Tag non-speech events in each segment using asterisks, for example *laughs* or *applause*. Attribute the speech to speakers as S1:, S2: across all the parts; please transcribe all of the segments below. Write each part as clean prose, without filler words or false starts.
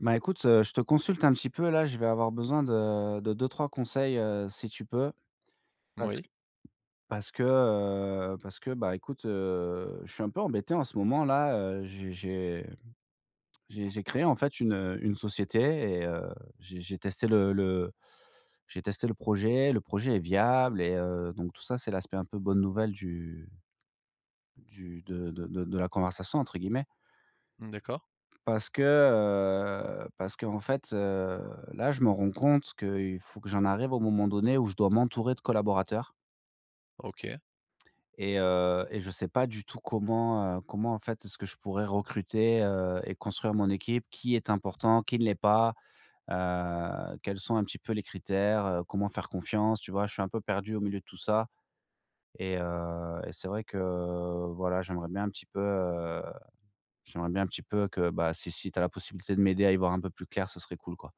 S1: Bah, écoute, je te consulte un petit peu là, je vais avoir besoin de 2-3 conseils, si tu peux. Parce
S2: Oui,
S1: que parce que, parce que, bah, écoute, Je suis un peu embêté en ce moment là, j'ai créé en fait une société et j'ai testé le j'ai testé le projet est viable et donc tout ça, c'est l'aspect un peu «bonne nouvelle» du de la conversation entre guillemets.
S2: d'accord.
S1: Parce que en fait, là, je me rends compte qu'il faut que j'en arrive au moment donné où je dois m'entourer de collaborateurs
S2: OK.
S1: et je ne sais pas du tout comment, comment, en fait, est-ce que je pourrais recruter, et construire mon équipe? Qui est important? Qui ne l'est pas? Quels sont un petit peu les critères? Comment faire confiance? Tu vois? Je suis un peu perdu au milieu de tout ça et c'est vrai que, voilà, j'aimerais bien un petit peu que, bah, si si tu as la possibilité de m'aider à y voir un peu plus clair, ce serait cool, quoi.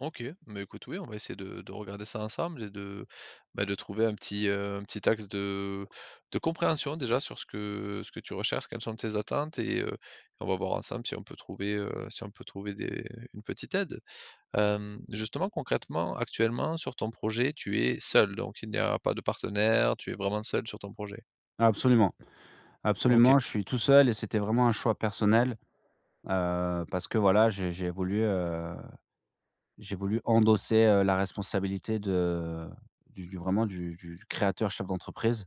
S2: OK, mais écoute, oui, on va essayer de regarder ça ensemble et de trouver un petit axe de compréhension déjà sur ce que tu recherches, quelles sont tes attentes et on va voir ensemble si on peut trouver, si on peut trouver des une petite aide. Justement, concrètement, actuellement, sur ton projet, tu es seul, donc il n'y a pas de partenaire, tu es vraiment seul sur ton projet?
S1: Absolument,
S2: OK,
S1: absolument, je suis tout seul et c'était vraiment un choix personnel, parce que voilà, j'ai voulu endosser, la responsabilité de du vraiment du créateur chef d'entreprise,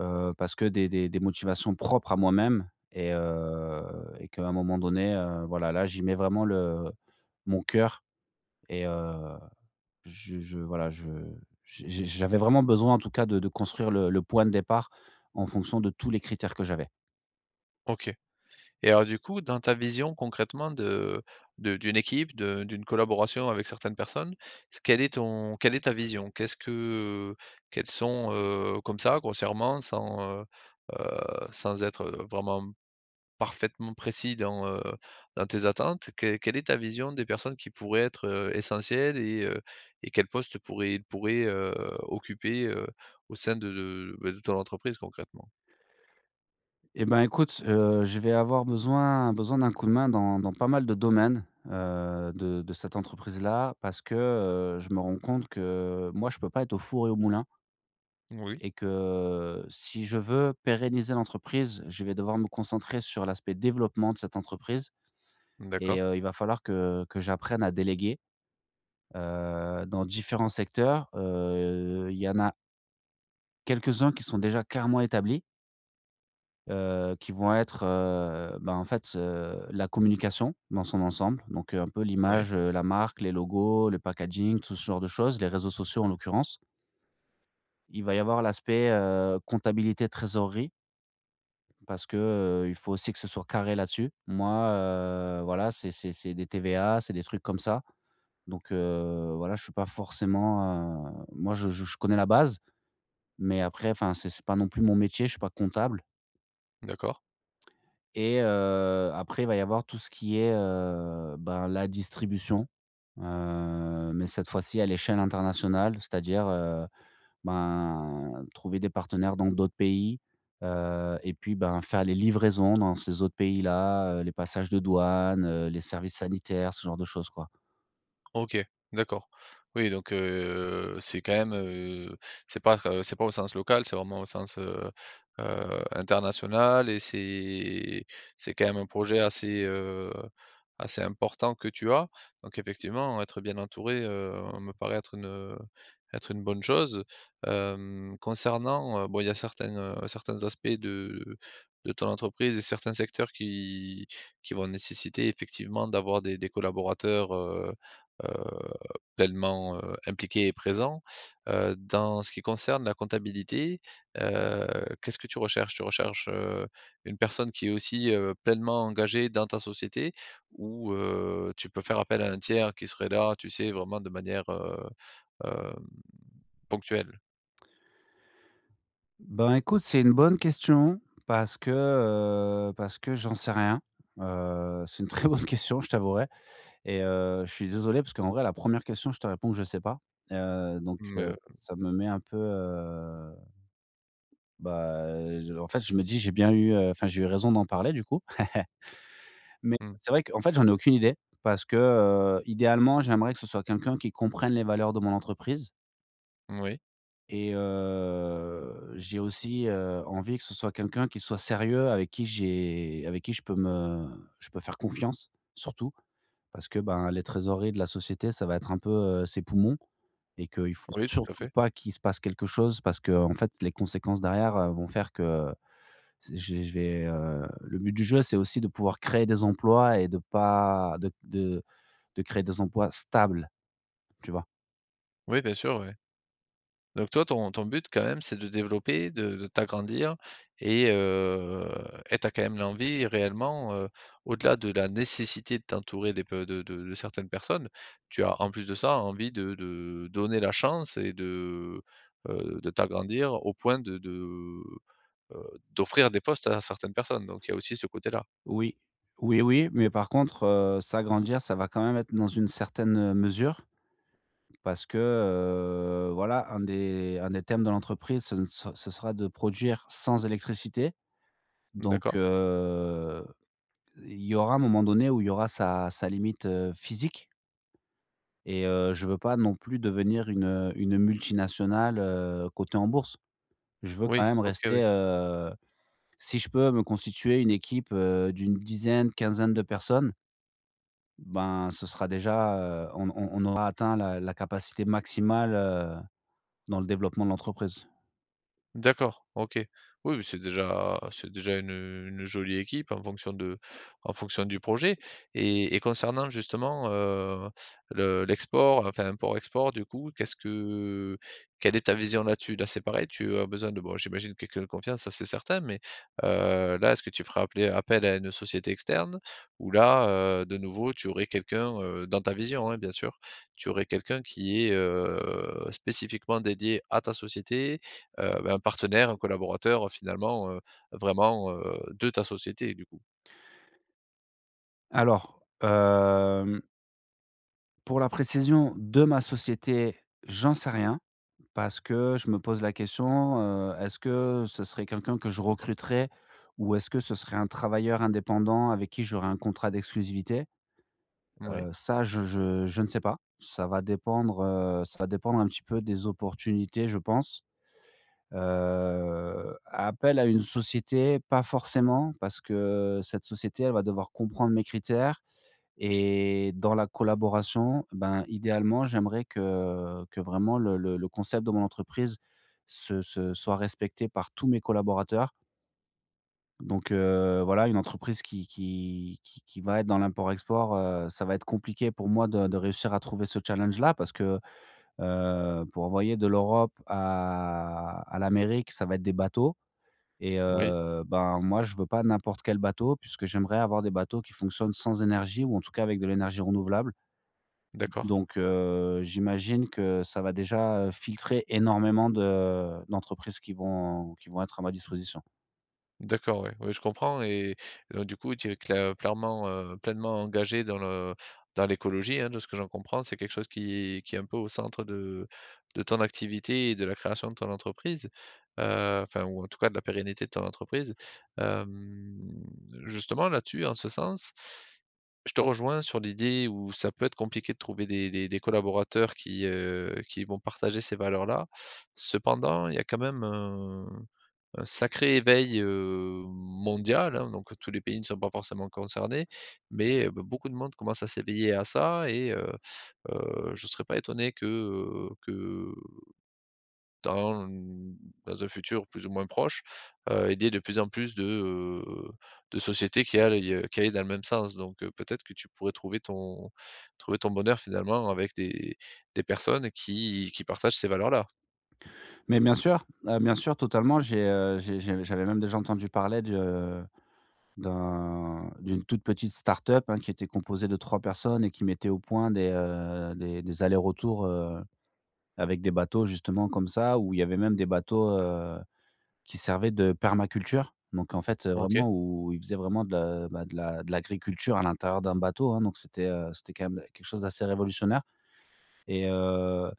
S1: parce que des motivations propres à moi-même et qu'à un moment donné, voilà, là, j'y mets vraiment le mon cœur et je voilà, je j'ai j'avais vraiment besoin en tout cas de construire le point de départ en fonction de tous les critères que j'avais.
S2: OK. Et alors du coup, dans ta vision concrètement de d'une équipe, de d'une collaboration avec certaines personnes, s quelle est ton quelle est ta vision? Qu'est-ce que quels sont, comme ça, grossièrement, sans être vraiment parfaitement précis dans, dans tes attentes, quelle est ta vision des personnes qui pourraient être, essentielles, et quel poste pourraient ils pourraient, occuper, au sein de de ton entreprise concrètement?
S1: Eh ben, écoute, je vais avoir besoin d'un coup de main dans pas mal de domaines, de cette entreprise-là parce que, je me rends compte que moi, je peux pas être au four et au moulin
S2: Oui,
S1: et que si je veux pérenniser l'entreprise, je vais devoir me concentrer sur l'aspect développement de cette entreprise et
S2: d'accord,
S1: il va falloir que j'apprenne à déléguer, dans différents secteurs. Il y en a quelques-uns qui sont déjà clairement établis. Qui vont être, la communication dans son ensemble, donc un peu
S2: oui,
S1: l'image, la marque, les logos, le packaging, tout ce genre de choses, les réseaux sociaux en l'occurrence. Il va y avoir l'aspect, comptabilité, trésorerie parce que, il faut aussi que ce soit carré là-dessus. Moi, voilà, c'est des TVA, c'est des trucs comme ça, donc voilà, je suis pas forcément, moi je connais la base, mais après, enfin, c'est pas non plus mon métier, je suis pas comptable.
S2: d'accord.
S1: Et après, il va y avoir tout ce qui est, ben, la distribution, mais cette fois-ci à l'échelle internationale, c'est-à-dire, ben, trouver des partenaires dans d'autres pays, et puis, ben, faire les livraisons dans ces autres pays-là, les passages de douane, les services sanitaires, ce genre de choses, quoi.
S2: OK, d'accord. Oui, donc c'est quand même, c'est pas au sens local, c'est vraiment au sens, international et c'est quand même un projet assez, assez important que tu as. Donc effectivement, être bien entouré, me paraît être une bonne chose. Concernant, bon, il y a certains, certains aspects de ton entreprise et certains secteurs qui vont nécessiter effectivement d'avoir des collaborateurs, heu, pleinement, impliqué et présent. Dans ce qui concerne la comptabilité, heu, qu'est-ce que tu recherches? Tu recherches, une personne qui est aussi, pleinement engagée dans ta société, ou, tu peux faire appel à un tiers qui serait là, tu sais, vraiment de manière, hem, ponctuelle?
S1: Ben, écoute, c'est une bonne question parce que j'en sais rien. C'est une très bonne *laughs* question, je t'avouerai. Et je suis désolé parce qu'en vrai, la première question, je te réponds que je sais pas. Heu, donc
S2: Mais,
S1: heu,
S2: heu,
S1: ça me met un peu, bah, je en fait, je me dis: «J'ai bien eu, enfin, j'ai eu raison d'en parler, du coup». *laughs* Mais
S2: mmh,
S1: c'est vrai qu'en fait, j'en ai aucune idée parce que, idéalement, j'aimerais que ce soit quelqu'un qui comprenne les valeurs de mon entreprise
S2: moui,
S1: et j'ai aussi, envie que ce soit quelqu'un qui soit sérieux, avec qui je peux faire confiance, surtout. Parce que, ben, les trésoreries de la société, ça va être un peu, ses poumons et qu'il faut
S2: oui, tout à
S1: surtout
S2: fait.
S1: pas qu'il se passe quelque chose parce que en fait, les conséquences derrière, vont faire que c'est je vais, le but du jeu, c'est aussi de pouvoir créer des emplois et de pas de de créer des emplois stables, tu vois?
S2: Oui, bien sûr, ouais. Donc toi, ton but quand même, c'est de développer, de t'agrandir et t'as quand même l'envie réellement, au-delà de la nécessité de t'entourer des pe de certaines personnes, tu as en plus de ça envie de donner la chance et de t'agrandir au point de heu, d'offrir des postes à certaines personnes, donc il y a aussi ce côté-là.
S1: Oui, oui, oui, mais par contre, s'agrandir, ça va quand même être dans une certaine, mesure parce que, voilà, un des thèmes de l'entreprise, ce ne ce ce sera de produire sans électricité. Donc,
S2: D'accord.
S1: il y aura un moment donné où il y aura sa limite, physique et je veux pas non plus devenir une multinationale, cotée en bourse. Je veux quand
S2: Oui,
S1: même
S2: OK, oui.
S1: rester, si je peux me constituer une équipe, d'une dizaine, quinzaine de personnes, ben, ce sera déjà, on aura atteint la capacité maximale, dans le développement de l'entreprise.
S2: D'accord, OK. Oui, oui, c'est déjà une jolie équipe en fonction de en fonction du projet. Et concernant justement, le l'export, enfin import-export du coup, qu'est-ce que quelle est ta vision là-dessus? Là, c'est pareil, tu as besoin de bon, j'imagine quelqu'un de confiance, ça c'est certain, mais, là, est-ce que tu ferais appel à une société externe? Ou là, de nouveau, tu aurais quelqu'un, dans ta vision, hein, bien sûr, tu aurais quelqu'un qui est, spécifiquement dédié à ta société, un partenaire, un collaborateur, finalement, vraiment, de ta société, du coup.
S1: Alors, pour la précision de ma société, j'en sais rien. Parce que je me pose la question, est-ce que ce serait quelqu'un que je recruterais ou est-ce que ce serait un travailleur indépendant avec qui j'aurais un contrat d'exclusivité?
S2: Oui,
S1: Ça je ne sais pas. Ça va dépendre un petit peu des opportunités, je pense. Appel à une société, pas forcément, parce que cette société, elle va devoir comprendre mes critères et dans la collaboration, ben, idéalement, j'aimerais que vraiment le concept de mon entreprise se soit respecté par tous mes collaborateurs. Donc voilà, une entreprise qui va être dans l'import-export, ça va être compliqué pour moi de réussir à trouver ce challenge-là parce que, pour envoyer de l'Europe à l'Amérique, ça va être des bateaux et
S2: oui,
S1: ben, moi, je veux pas n'importe quel bateau puisque j'aimerais avoir des bateaux qui fonctionnent sans énergie ou en tout cas avec de l'énergie renouvelable.
S2: d'accord.
S1: Donc j'imagine que ça va déjà, filtrer énormément de d'entreprises qui vont être à ma disposition.
S2: D'accord, ouais, ouais, je comprends. Et donc du coup, tu es clairement, pleinement engagé dans le dans l'écologie, hein, de ce que j'en comprends. C'est quelque chose qui est un peu au centre de ton activité et de la création de ton entreprise, enfin, ou en tout cas de la pérennité de ton entreprise. Hem, Justement là-dessus, en ce sens, je te rejoins sur l'idée où ça peut être compliqué de trouver des collaborateurs qui vont partager ces valeurs-là. Cependant, il y a quand même un sacré éveil, mondial, hein, donc tous les pays ne sont pas forcément concernés, mais, beaucoup de monde commence à s'éveiller à ça, et je ne serais pas étonné que dans mmh, dans un futur plus ou moins proche, il y ait de plus en plus heu, de sociétés qui aillent dans le même sens, donc peut-être que tu pourrais trouver ton bonheur finalement avec des personnes qui partagent ces valeurs-là.
S1: Mais bien sûr, totalement, j'avais même déjà entendu parler de d'un d'une toute petite start-up, hein, qui était composée de 3 personnes et qui mettait au point des, des allers-retours, avec des bateaux justement comme ça, où il y avait même des bateaux, qui servait de permaculture, donc en fait,
S2: OK.
S1: vraiment où ils faisaient vraiment de la de l'agriculture à l'intérieur d'un bateau, hein, donc c'était, c'était quand même quelque chose d'assez révolutionnaire et heu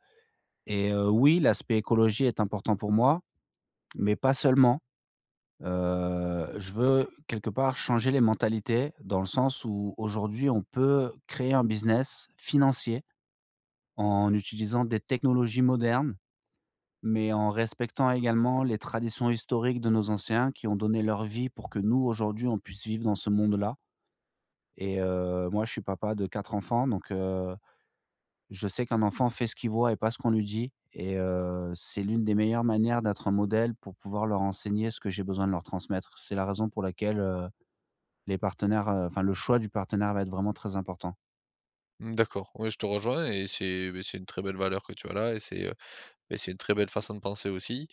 S1: et oui, l'aspect écologie est important pour moi, mais pas seulement. Je veux quelque part changer les mentalités dans le sens où aujourd'hui on peut créer un business financier en utilisant des technologies modernes mais en respectant également les traditions historiques de nos anciens qui ont donné leur vie pour que nous, aujourd'hui, on puisse vivre dans ce monde-là. Et moi, je suis papa de 4 enfants, donc je sais qu'un enfant fait ce qu'il voit et pas ce qu'on lui dit et c'est l'une des meilleures manières d'être un modèle pour pouvoir leur enseigner ce que j'ai besoin de leur transmettre. C'est la raison pour laquelle, les partenaires, enfin, le choix du partenaire va être vraiment très important.
S2: Mmh, d'accord. Oui, je te rejoins, et c'est beh, c'est une très belle valeur que tu as là, et c'est, beh, c'est une très belle façon de penser aussi.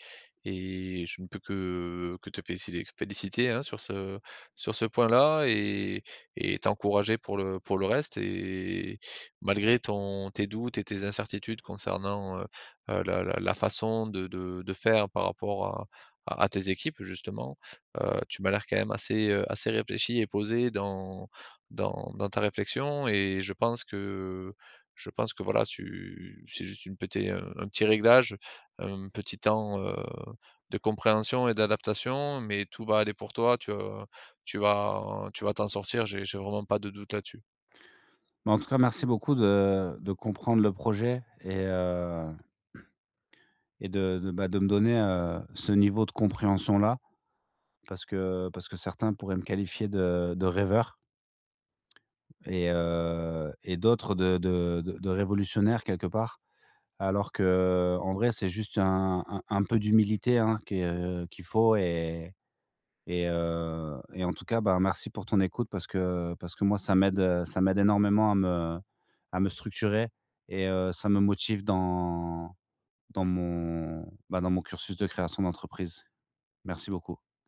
S2: Et je ne peux que te féliciter, hein, sur ce point-là, et t'encourager pour le reste. Et malgré ton tes doutes et tes incertitudes concernant, la façon de faire par rapport à tes équipes justement, tu m'as l'air quand même assez, assez réfléchi et posé dans dans ta réflexion. Et je pense que voilà, tu c'est juste une petite, un petit réglage, un petit temps, de compréhension et d'adaptation, mais tout va aller pour toi. Tu vas t'en sortir, j'ai vraiment pas de doute là-dessus.
S1: Mais en tout cas, merci beaucoup de comprendre le projet et de, bah, de me donner, ce niveau de compréhension-là. Parce que certains pourraient me qualifier de rêveur et d'autres de révolutionnaire quelque part. Alors que en vrai, c'est juste un peu d'humilité, hein, que qu'il faut et en tout cas, ben, merci pour ton écoute parce que moi ça m'aide énormément à me structurer et ça me motive dans dans mon cursus de création d'entreprise. Merci beaucoup.